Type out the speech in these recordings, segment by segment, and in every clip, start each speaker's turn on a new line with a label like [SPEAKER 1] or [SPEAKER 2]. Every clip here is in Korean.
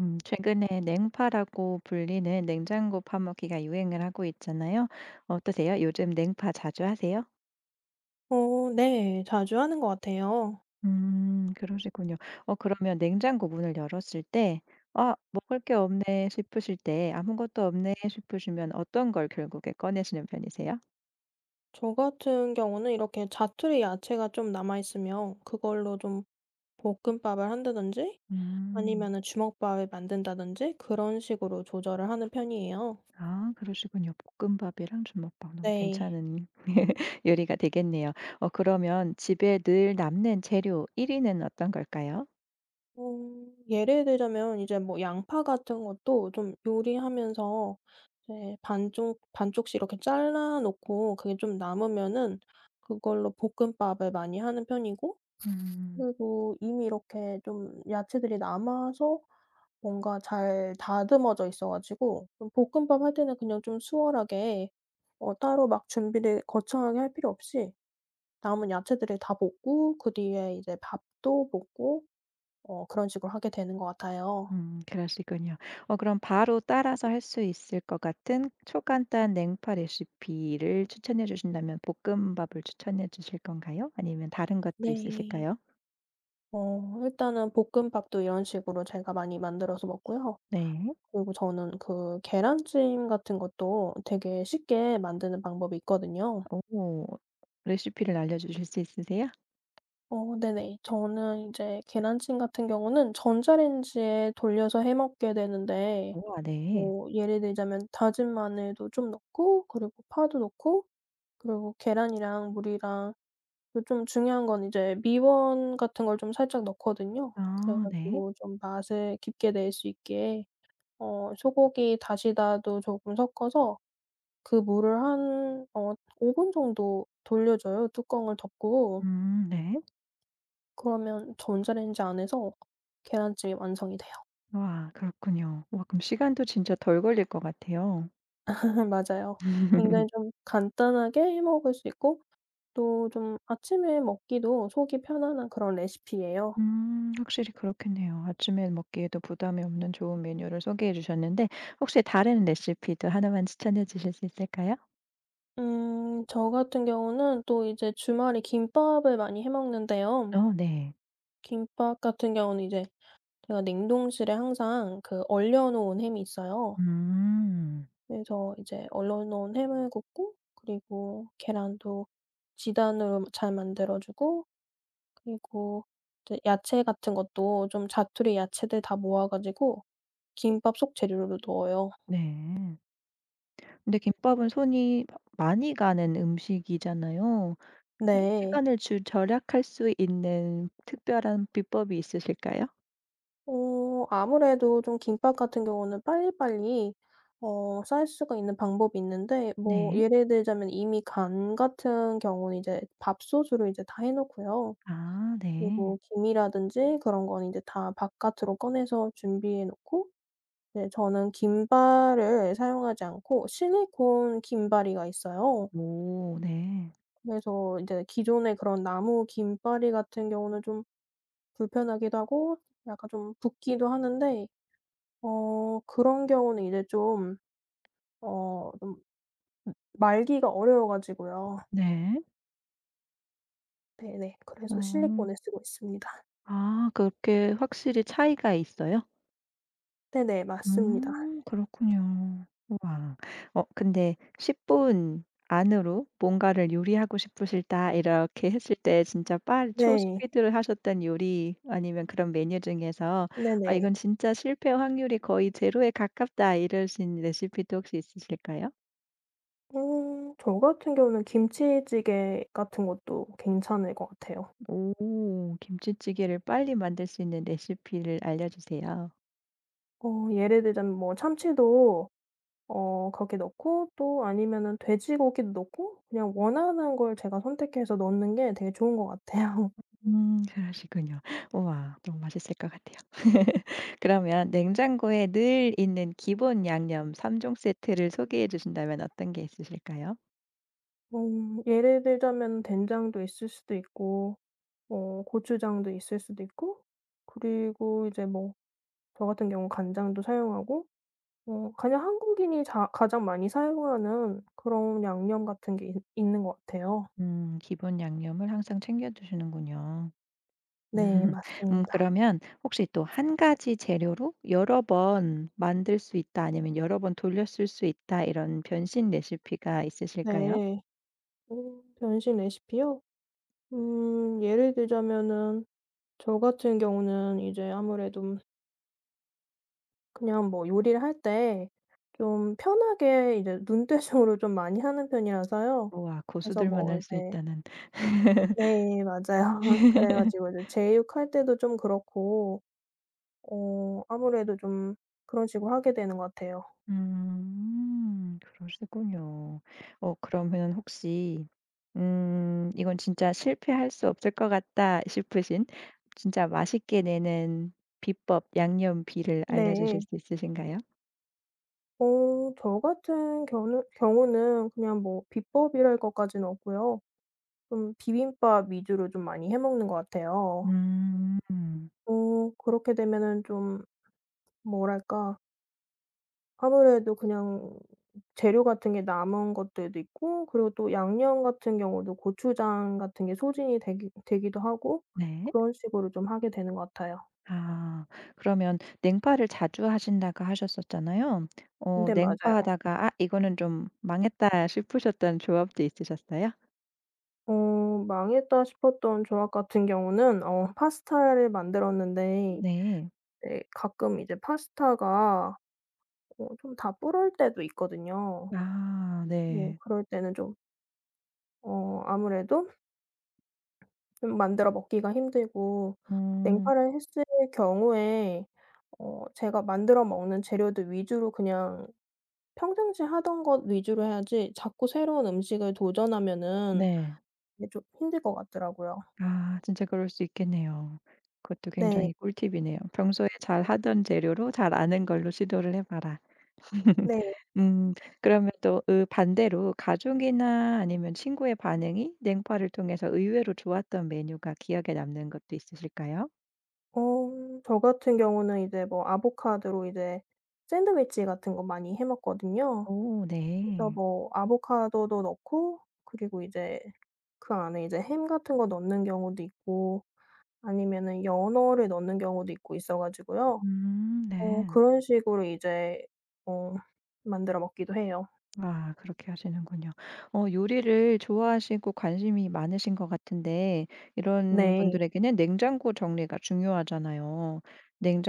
[SPEAKER 1] 최근에 냉파라고 불리는 냉장고 파먹기가 유행을 하고 있잖아요. 어떠세요? 요즘 냉파 자주 하세요?
[SPEAKER 2] 네. 자주 하는 것 같아요.
[SPEAKER 1] 그러시군요. 그러면 냉장고 문을 열었을 때, 아, 먹을 게 없네 싶으실 때, 아무것도 없네 싶으시면 어떤 걸 결국에 꺼내시는 편이세요?
[SPEAKER 2] 저 같은 경우는 이렇게 자투리 야채가 좀 남아 있으면 그걸로 좀 볶음밥을 한다든지,
[SPEAKER 1] 음,
[SPEAKER 2] 아니면은 주먹밥을 만든다든지 그런 식으로 조절을 하는 편이에요.
[SPEAKER 1] 아, 그러시군요. 볶음밥이랑 주먹밥 너무
[SPEAKER 2] 네.
[SPEAKER 1] 괜찮은 요리가 되겠네요. 그러면 집에 늘 남는 재료 1위는 어떤 걸까요?
[SPEAKER 2] 예를 들자면 이제 뭐 양파 같은 것도 좀 요리하면서 이제 반쪽 반쪽씩 이렇게 잘라 놓고 그게 좀 남으면은 그걸로 볶음밥을 많이 하는 편이고,
[SPEAKER 1] 음.
[SPEAKER 2] 그리고 이미 이렇게 좀 야채들이 남아서 뭔가 잘 다듬어져 있어 가지고, 좀 볶음밥 할 때는 그냥 좀 수월하게 따로 막 준비를 거창하게 할 필요 없이 남은 야채들을 다 볶고 그 뒤에 이제 밥도 볶고, 그런 식으로 하게 되는 것 같아요.
[SPEAKER 1] 그러시군요. 그럼 바로 따라서 할 수 있을 것 같은 초간단 냉파 레시피를 추천해 주신다면 볶음밥을 추천해 주실 건가요? 아니면 다른 것도
[SPEAKER 2] 네.
[SPEAKER 1] 있으실까요?
[SPEAKER 2] 일단은 볶음밥도 이런 식으로 제가 많이 만들어서 먹고요.
[SPEAKER 1] 네.
[SPEAKER 2] 그리고 저는 그 계란찜 같은 것도 되게 쉽게 만드는 방법이 있거든요.
[SPEAKER 1] 오, 레시피를 알려 주실 수 있으세요?
[SPEAKER 2] 네네. 저는 이제 계란찜 같은 경우는 전자레인지에 돌려서 해 먹게 되는데,
[SPEAKER 1] 우와 네.
[SPEAKER 2] 뭐 예를 들자면 다진 마늘도 좀 넣고, 그리고 파도 넣고, 그리고 계란이랑 물이랑, 또 좀 중요한 건 이제 미원 같은 걸 좀 살짝 넣거든요. 그래
[SPEAKER 1] 아 네.
[SPEAKER 2] 가지고 좀 맛을 깊게 낼 수 있게 소고기 다시다도 조금 섞어서, 그 물을 한 5분 분 정도 돌려줘요, 뚜껑을 덮고.
[SPEAKER 1] 네.
[SPEAKER 2] 그러면 전자레인지 안에서 계란찜이 완성이 돼요.
[SPEAKER 1] 와 그렇군요. 와 그럼 시간도 진짜 덜 걸릴 것 같아요.
[SPEAKER 2] 맞아요. 굉장히 좀 간단하게 해 먹을 수 있고, 또 좀 아침에 먹기도 속이 편안한 그런 레시피예요.
[SPEAKER 1] 확실히 그렇겠네요. 아침에 먹기에도 부담이 없는 좋은 메뉴를 소개해 주셨는데 혹시 다른 레시피도 하나만 추천해 주실 수 있을까요?
[SPEAKER 2] 음 저 같은 경우는 또 이제 주말에 김밥을 많이 해 먹는데요.
[SPEAKER 1] 어 네.
[SPEAKER 2] 김밥 같은 경우는 이제 제가 냉동실에 항상 그 얼려 놓은 햄이 있어요.
[SPEAKER 1] 음
[SPEAKER 2] 그래서 이제 얼려 놓은 햄을 굽고, 그리고 계란도 지단으로 잘 만들어 주고, 그리고 이제 야채 같은 것도 좀 자투리 야채들 다 모아 가지고 김밥 속 재료로 넣어요.
[SPEAKER 1] 네. 근데 김밥은 손이 많이 가는 음식이잖아요.
[SPEAKER 2] 네.
[SPEAKER 1] 시간을 주 절약할 수 있는 특별한 비법이 있으실까요?
[SPEAKER 2] 아무래도 좀 김밥 같은 경우는 빨리빨리 쌓일 수가 있는 방법이 있는데, 뭐
[SPEAKER 1] 네.
[SPEAKER 2] 예를 들자면 이미 간 같은 경우는 이제 밥솥으로 이제 다 해 놓고요.
[SPEAKER 1] 아 네.
[SPEAKER 2] 그리고 김이라든지 그런 건 이제 다 바깥으로 꺼내서 준비해 놓고, 네, 저는 김발을 사용하지 않고 실리콘 김바리가 있어요.
[SPEAKER 1] 오 네.
[SPEAKER 2] 그래서 이제 기존의 그런 나무 김빠리 같은 경우는 좀 불편하기도 하고 약간 좀 붓기도 하는데, 그런 경우는 이제 좀, 좀, 말기가 어려워 가지고요.
[SPEAKER 1] 네.
[SPEAKER 2] 네네.
[SPEAKER 1] 오
[SPEAKER 2] 그래서 실리콘을 쓰고 있습니다.
[SPEAKER 1] 아 그렇게 확실히 차이가 있어요?
[SPEAKER 2] 네네. 맞습니다.
[SPEAKER 1] 그렇군요. 우와. 근데 10분 안으로 뭔가를 요리하고 싶으시다 이렇게 했을 때 진짜 빨
[SPEAKER 2] 네.
[SPEAKER 1] 초스피드를 하셨던 요리 아니면 그런 메뉴 중에서 '아
[SPEAKER 2] 네네.
[SPEAKER 1] 이건 진짜 실패 확률이 거의 제로에 가깝다.' 이러신 레시피도 혹시 있으실까요?
[SPEAKER 2] 음 저 같은 경우는 김치찌개 같은 것도 괜찮을 것 같아요.
[SPEAKER 1] 오 김치찌개를 빨리 만들 수 있는 레시피를 알려주세요.
[SPEAKER 2] 예를 들자면 뭐 참치도 거기에 넣고, 또 아니면은 돼지고기도 넣고, 그냥 원하는 걸 제가 선택해서 넣는 게 되게 좋은 것 같아요.
[SPEAKER 1] 그러시군요. 우와 너무 맛있을 것 같아요. 그러면 냉장고에 늘 있는 기본 양념 3종 세트를 소개해 주신다면 어떤 게 있으실까요?
[SPEAKER 2] 예를 들자면 된장도 있을 수도 있고, 뭐 고추장도 있을 수도 있고, 그리고 이제 뭐 저 같은 경우 간장도 사용하고, 그냥 한국인이 자 가장 많이 사용하는 그런 양념 같은 게 있 있는 것 같아요.
[SPEAKER 1] 기본 양념을 항상 챙겨 드시는군요.
[SPEAKER 2] 네 맞습니다.
[SPEAKER 1] 그러면 혹시 또 한 가지 재료로 여러 번 만들 수 있다 아니면 여러 번 돌려 쓸 수 있다 이런 변신 레시피가 있으실까요?
[SPEAKER 2] 네. 변신 레시피요? 예를 들자면은 저 같은 경우는 이제 아무래도 그냥 뭐 요리를 할 때 좀 편하게 이제 눈대중으로 좀 많이 하는 편이라서요.
[SPEAKER 1] 우와
[SPEAKER 2] 그래서
[SPEAKER 1] 고수들만
[SPEAKER 2] 뭐
[SPEAKER 1] 할 수
[SPEAKER 2] 이제,
[SPEAKER 1] 있다는.
[SPEAKER 2] 네, 맞아요. 그래 가지고 이제 제육할 때도 좀 그렇고, 아무래도 좀 그런 식으로 하게 되는 것 같아요.
[SPEAKER 1] 그러시군요. 그러면 혹시 '이건 진짜 실패할 수 없을 것 같다.' 싶으신 진짜 맛있게 내는 비법 양념비를
[SPEAKER 2] 네.
[SPEAKER 1] 알려주실 수 있으신가요?
[SPEAKER 2] 저 같은 경우는 그냥 뭐 비법이랄 것까지는 없고요. 좀 비빔밥 위주로 좀 많이 해 먹는 것 같아요.
[SPEAKER 1] 음.
[SPEAKER 2] 그렇게 되면은 좀, 뭐랄까, 아무래도 그냥 재료 같은 게 남은 것들도 있고, 그리고 또 양념 같은 경우도 고추장 같은 게 소진이 되기도 하고,
[SPEAKER 1] 네.
[SPEAKER 2] 그런 식으로 좀 하게 되는 것 같아요.
[SPEAKER 1] 아. 그러면 냉파를 자주 하신다고 하셨었잖아요.
[SPEAKER 2] 근데 맞아요.
[SPEAKER 1] 냉파하다가 '아 이거는 좀 망했다.' 싶으셨던 조합도 있으셨어요?
[SPEAKER 2] 어 망했다 싶었던 조합 같은 경우는 파스타를 만들었는데,
[SPEAKER 1] 네.
[SPEAKER 2] 네, 가끔 이제 파스타가 좀 다 불을 때도 있거든요.
[SPEAKER 1] 아
[SPEAKER 2] 네,
[SPEAKER 1] 네.
[SPEAKER 2] 그럴 때는 좀 아무래도 좀 만들어 먹기가 힘들고,
[SPEAKER 1] 음.
[SPEAKER 2] 냉파를 했을 경우에 제가 만들어 먹는 재료들 위주로 그냥 평상시 하던 것 위주로 해야지, 자꾸 새로운 음식을 도전하면은
[SPEAKER 1] 네.
[SPEAKER 2] 이게 좀 힘들 것 같더라고요.
[SPEAKER 1] 아 진짜 그럴 수 있겠네요. 그것도
[SPEAKER 2] 네.
[SPEAKER 1] 굉장히 꿀팁이네요. 평소에 잘하던 재료로 잘 아는 걸로 시도를 해 봐라.
[SPEAKER 2] 네.
[SPEAKER 1] 음 그러면 또 으 반대로 가족이나 아니면 친구의 반응이 냉파를 통해서 의외로 좋았던 메뉴가 기억에 남는 것도 있으실까요?
[SPEAKER 2] 어 저 같은 경우는 이제 뭐 아보카도로 이제 샌드위치 같은 거 많이 해 먹거든요.
[SPEAKER 1] 오
[SPEAKER 2] 그래서
[SPEAKER 1] 네.
[SPEAKER 2] 뭐 아보카도도 넣고, 그리고 이제 그 안에 이제 햄 같은 거 넣는 경우도 있고, 아니면은 연어를 넣는 경우도 있고 있어 가지고요.
[SPEAKER 1] 네.
[SPEAKER 2] 그런 식으로 이제 어 만들어 먹기도 해요.
[SPEAKER 1] 아 그렇게 하시는군요. 요리를 좋아하시고 관심이 많으신 것 같은데 이런
[SPEAKER 2] 네.
[SPEAKER 1] 분들에게는 냉장고 정리가 중요하잖아요.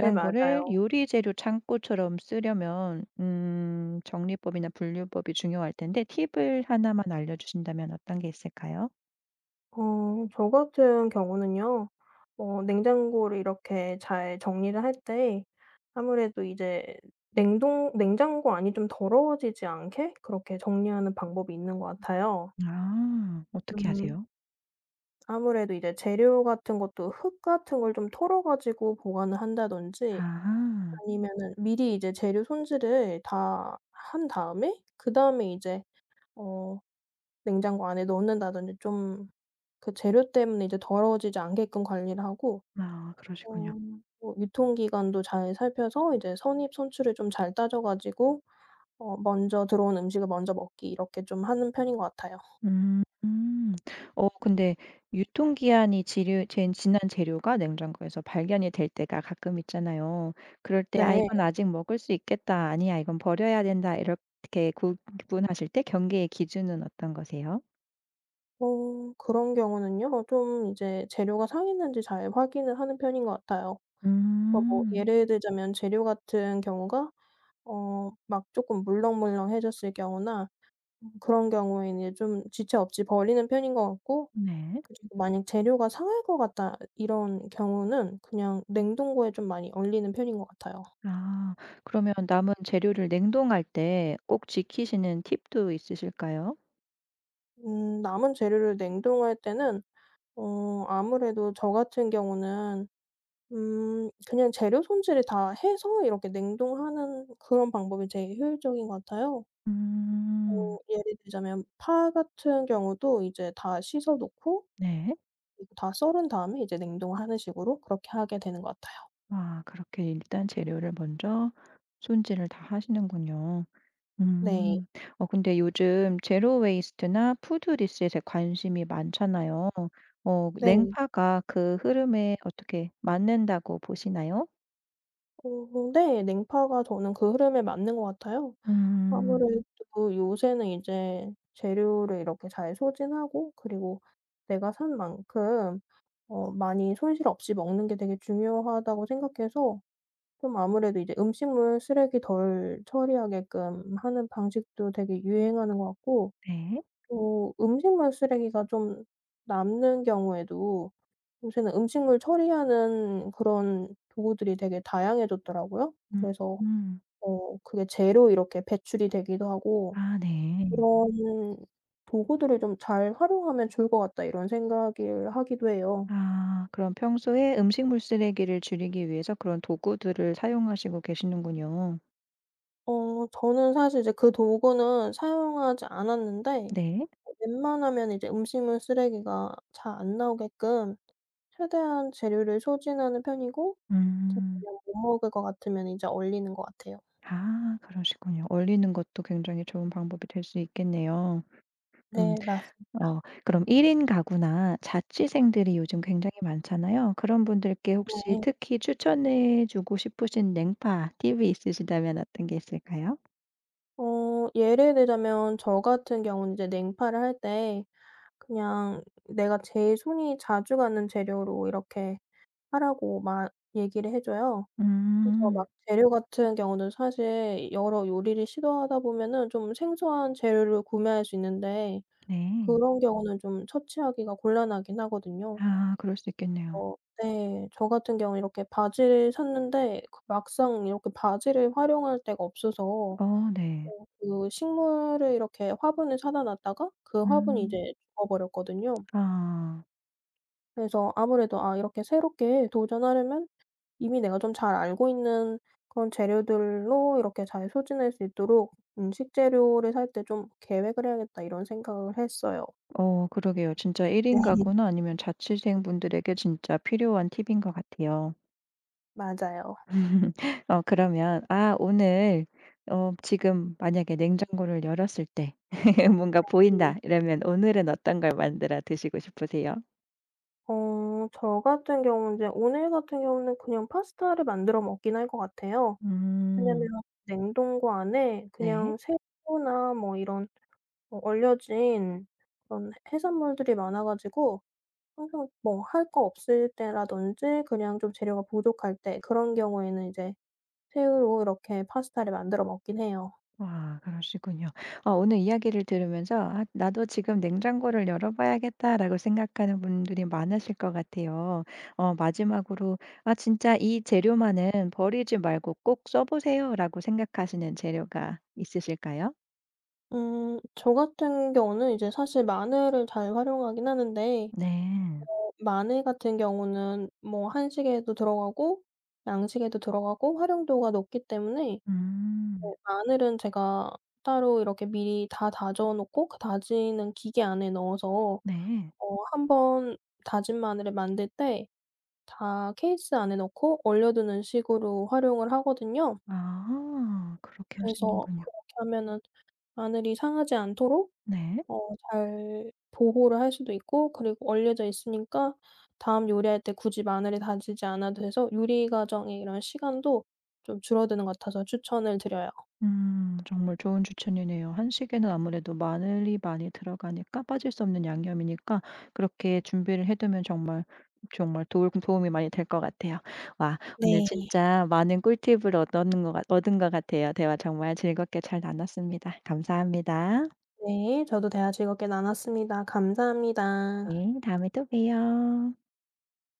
[SPEAKER 2] 네, 맞아요.
[SPEAKER 1] 요리 재료 창고처럼 쓰려면 정리법이나 분류법이 중요할 텐데 팁을 하나만 알려주신다면 어떤 게 있을까요?
[SPEAKER 2] 저 같은 경우는요. 냉장고를 이렇게 잘 정리를 할 때, 아무래도 이제 냉동 냉장고 안이 좀 더러워지지 않게 그렇게 정리하는 방법이 있는 것 같아요.
[SPEAKER 1] 아 어떻게
[SPEAKER 2] 음
[SPEAKER 1] 하세요?
[SPEAKER 2] 아무래도 이제 재료 같은 것도 흙 같은 걸 좀 털어 가지고 보관을 한다든지,
[SPEAKER 1] 아
[SPEAKER 2] 아니면은 미리 이제 재료 손질을 다 한 다음에 그다음에 이제 어 냉장고 안에 넣는다든지, 좀 그 재료 때문에 이제 더러워지지 않게끔 관리를 하고,
[SPEAKER 1] 아 그러시군요.
[SPEAKER 2] 어, 뭐 유통기간도 잘 살펴서 이제 선입 선출을 좀 잘 따져 가지고 먼저 들어온 음식을 먼저 먹기, 이렇게 좀 하는 편인 것 같아요.
[SPEAKER 1] 음. 음. 어 근데 유통기한이 지류 젠 지난 재료가 냉장고에서 발견이 될 때가 가끔 있잖아요. 그럴 때 '아
[SPEAKER 2] 네.
[SPEAKER 1] 이건 아직 먹을 수 있겠다.' 아니 야 이건 버려야 된다.' 이렇게 구 구분하실 때 경계의 기준은 어떤 거세요?
[SPEAKER 2] 그런 경우는요. 좀 이제 재료가 상했는지 잘 확인을 하는 편인 것 같아요. 그래서 뭐
[SPEAKER 1] 음.
[SPEAKER 2] 예를 들자면 재료 같은 경우가 막 쪼끔 물렁물렁해졌을 경우나 그런 경우에는 이제 좀 지체 없이 버리는 편인 것 같고,
[SPEAKER 1] 네.
[SPEAKER 2] 그리고 만약 재료가 상할 것 같다 이런 경우는 그냥 냉동고에 좀 많이 얼리는 편인 것 같아요.
[SPEAKER 1] 아 그러면 남은 재료를 냉동할 때 꼭 지키시는 팁도 있으실까요?
[SPEAKER 2] 남은 재료를 냉동할 때는 아무래도 저 같은 경우는 그냥 재료 손질을 다 해서 이렇게 냉동하는 그런 방법이 제일 효율적인 것 같아요.
[SPEAKER 1] 음.
[SPEAKER 2] 뭐 예를 들자면 파 같은 경우도 이제 다 씻어 놓고,
[SPEAKER 1] 네.
[SPEAKER 2] 그리고 다 썰은 다음에 이제 냉동하는 식으로 그렇게 하게 되는 것 같아요.
[SPEAKER 1] 아 그렇게 일단 재료를 먼저 손질을 다 하시는군요.
[SPEAKER 2] 네.
[SPEAKER 1] 음. 근데 요즘 제로 웨이스트나 푸드 리셋에 관심이 많잖아요.
[SPEAKER 2] 네.
[SPEAKER 1] 냉파가 그 흐름에 어떻게 맞는다고 보시나요?
[SPEAKER 2] 네. 냉파가 저는 그 흐름에 맞는 것 같아요. 음.
[SPEAKER 1] 음.
[SPEAKER 2] 아무래도 요새는 이제 재료를 이렇게 잘 소진하고, 그리고 내가 산 만큼 많이 손실 없이 먹는 게 되게 중요하다고 생각해서, 좀 아무래도 이제 음식물 쓰레기 덜 처리하게끔 하는 방식도 되게 유행하는 것 같고,
[SPEAKER 1] 네.
[SPEAKER 2] 또 음식물 쓰레기가 좀 남는 경우에도 요새는 음식물 처리하는 그런 도구들이 되게 다양해졌더라고요. 그래서
[SPEAKER 1] 음음.
[SPEAKER 2] 그게 재료 이렇게 배출이 되기도 하고,
[SPEAKER 1] 아 네.
[SPEAKER 2] '그런 도구들을 좀 잘 활용하면 좋을 것 같다.' 이런 생각을 하기도 해요.
[SPEAKER 1] 아 그럼 평소에 음식물 쓰레기를 줄이기 위해서 그런 도구들을 사용하시고 계시는군요.
[SPEAKER 2] 저는 사실 이제 그 도구는 사용하지 않았는데,
[SPEAKER 1] 네.
[SPEAKER 2] 웬만하면 이제 음식물 쓰레기가 잘 안 나오게끔 최대한 재료를 소진하는 편이고, 이제
[SPEAKER 1] 음.
[SPEAKER 2] 그냥 못 먹을 것 같으면 이제 얼리는 것 같아요.
[SPEAKER 1] 아 그러시군요. 얼리는 것도 굉장히 좋은 방법이 될 수 있겠네요. 음.
[SPEAKER 2] 네 맞습니다.
[SPEAKER 1] 그럼 1인 가구나 자취생들이 요즘 굉장히 많잖아요. 그런 분들께 혹시 특히 추천해 주고 싶으신 냉파 팁이 있으시다면 어떤 게 있을까요?
[SPEAKER 2] 예를 들자면 저 같은 경우는 이제 냉파를 할 때 그냥 내가 제일 손이 자주 가는 재료로 이렇게 하라고 막 얘기를 해 줘요. 그래서
[SPEAKER 1] 음.
[SPEAKER 2] 막 재료 같은 경우는 사실 여러 요리를 시도하다 보면은 좀 생소한 재료를 구매할 수 있는데,
[SPEAKER 1] 네.
[SPEAKER 2] 그런 경우는 좀 처치하기가 곤란하긴 하거든요.
[SPEAKER 1] 아 그럴 수 있겠네요.
[SPEAKER 2] 어 네. 저 같은 경우는 이렇게 바지를 샀는데, 그 막상 이렇게 바지를 활용할 데가 없어서
[SPEAKER 1] 어 네.
[SPEAKER 2] 그 식물을 이렇게 화분을 사다 놨다가 그 화분이
[SPEAKER 1] 음.
[SPEAKER 2] 이제 죽어버렸거든요.
[SPEAKER 1] 아.
[SPEAKER 2] 그래서 아무래도, 이렇게 새롭게 도전하려면 이미 내가 좀 잘 알고 있는 그런 재료들로 이렇게 잘 소진할 수 있도록 '음식 재료를 살 때 좀 계획을 해야겠다.' 이런 생각을 했어요.
[SPEAKER 1] 그러게요. 진짜 1인
[SPEAKER 2] 네.
[SPEAKER 1] 가구나 아니면 자취생분들에게 진짜 필요한 팁인 것 같아요.
[SPEAKER 2] 맞아요.
[SPEAKER 1] 그러면 아 오늘 지금 만약에 냉장고를 열었을 때 '뭔가 보인다.' 이러면 오늘은 어떤 걸 만들어 드시고 싶으세요?
[SPEAKER 2] 저 같은 경우는 이제 오늘 같은 경우는 그냥 파스타를 만들어 먹긴 할 것 같아요. 왜냐면
[SPEAKER 1] 음.
[SPEAKER 2] 냉동고 안에
[SPEAKER 1] 네.
[SPEAKER 2] 그냥 새우나 뭐 이런, 뭐 얼려진 그런 해산물들이 많아 가지고, 항상 뭐 할 거 없을 때라든지 그냥 좀 재료가 부족할 때 그런 경우에는 이제 새우로 이렇게 파스타를 만들어 먹긴 해요.
[SPEAKER 1] 와 그러시군요. 아 오늘 이야기를 들으면서 '아 나도 지금 냉장고를 열어봐야겠다.'라고 생각하는 분들이 많으실 것 같아요. 마지막으로 아 진짜 '이 재료만은 버리지 말고 꼭 써 보세요.'라고 생각하시는 재료가 있으실까요?
[SPEAKER 2] 음 저 같은 경우는 이제 사실 마늘을 잘 활용하긴 하는데,
[SPEAKER 1] 네.
[SPEAKER 2] 마늘 같은 경우는 뭐 한식에도 들어가고 양식에도 들어가고 활용도가 높기 때문에, 네,
[SPEAKER 1] 음.
[SPEAKER 2] 마늘은 제가 따로 이렇게 미리 다 다져 놓고, 그 다지는 기계 안에 넣어서
[SPEAKER 1] 네.
[SPEAKER 2] 한 번 다진 마늘을 만들 때 다 케이스 안에 넣고 얼려 두는 식으로 활용을 하거든요.
[SPEAKER 1] 아 그렇게
[SPEAKER 2] 그래서
[SPEAKER 1] 하시는군요.
[SPEAKER 2] 그렇게 하면은 마늘이 상하지 않도록
[SPEAKER 1] 네.
[SPEAKER 2] 어 잘 보호를 할 수도 있고, 그리고 얼려져 있으니까 다음 요리할 때 굳이 마늘을 다지지 않아도 돼서 요리 과정에 이런 시간도 좀 줄어드는 것 같아서 추천을 드려요.
[SPEAKER 1] 정말 좋은 추천이네요. 한식에는 아무래도 마늘이 많이 들어가니까 빠질 수 없는 양념이니까 그렇게 준비를 해 두면 정말, 정말 도움 도움이 많이 될 것 같아요. 와 오늘
[SPEAKER 2] 네.
[SPEAKER 1] 진짜 많은 꿀팁을 얻는것 같 얻은 것 같아요. 대화 정말 즐겁게 잘 나눴습니다. 감사합니다.
[SPEAKER 2] 네. 저도 대화 즐겁게 나눴습니다. 감사합니다.
[SPEAKER 1] 네. 다음에 또 봬요.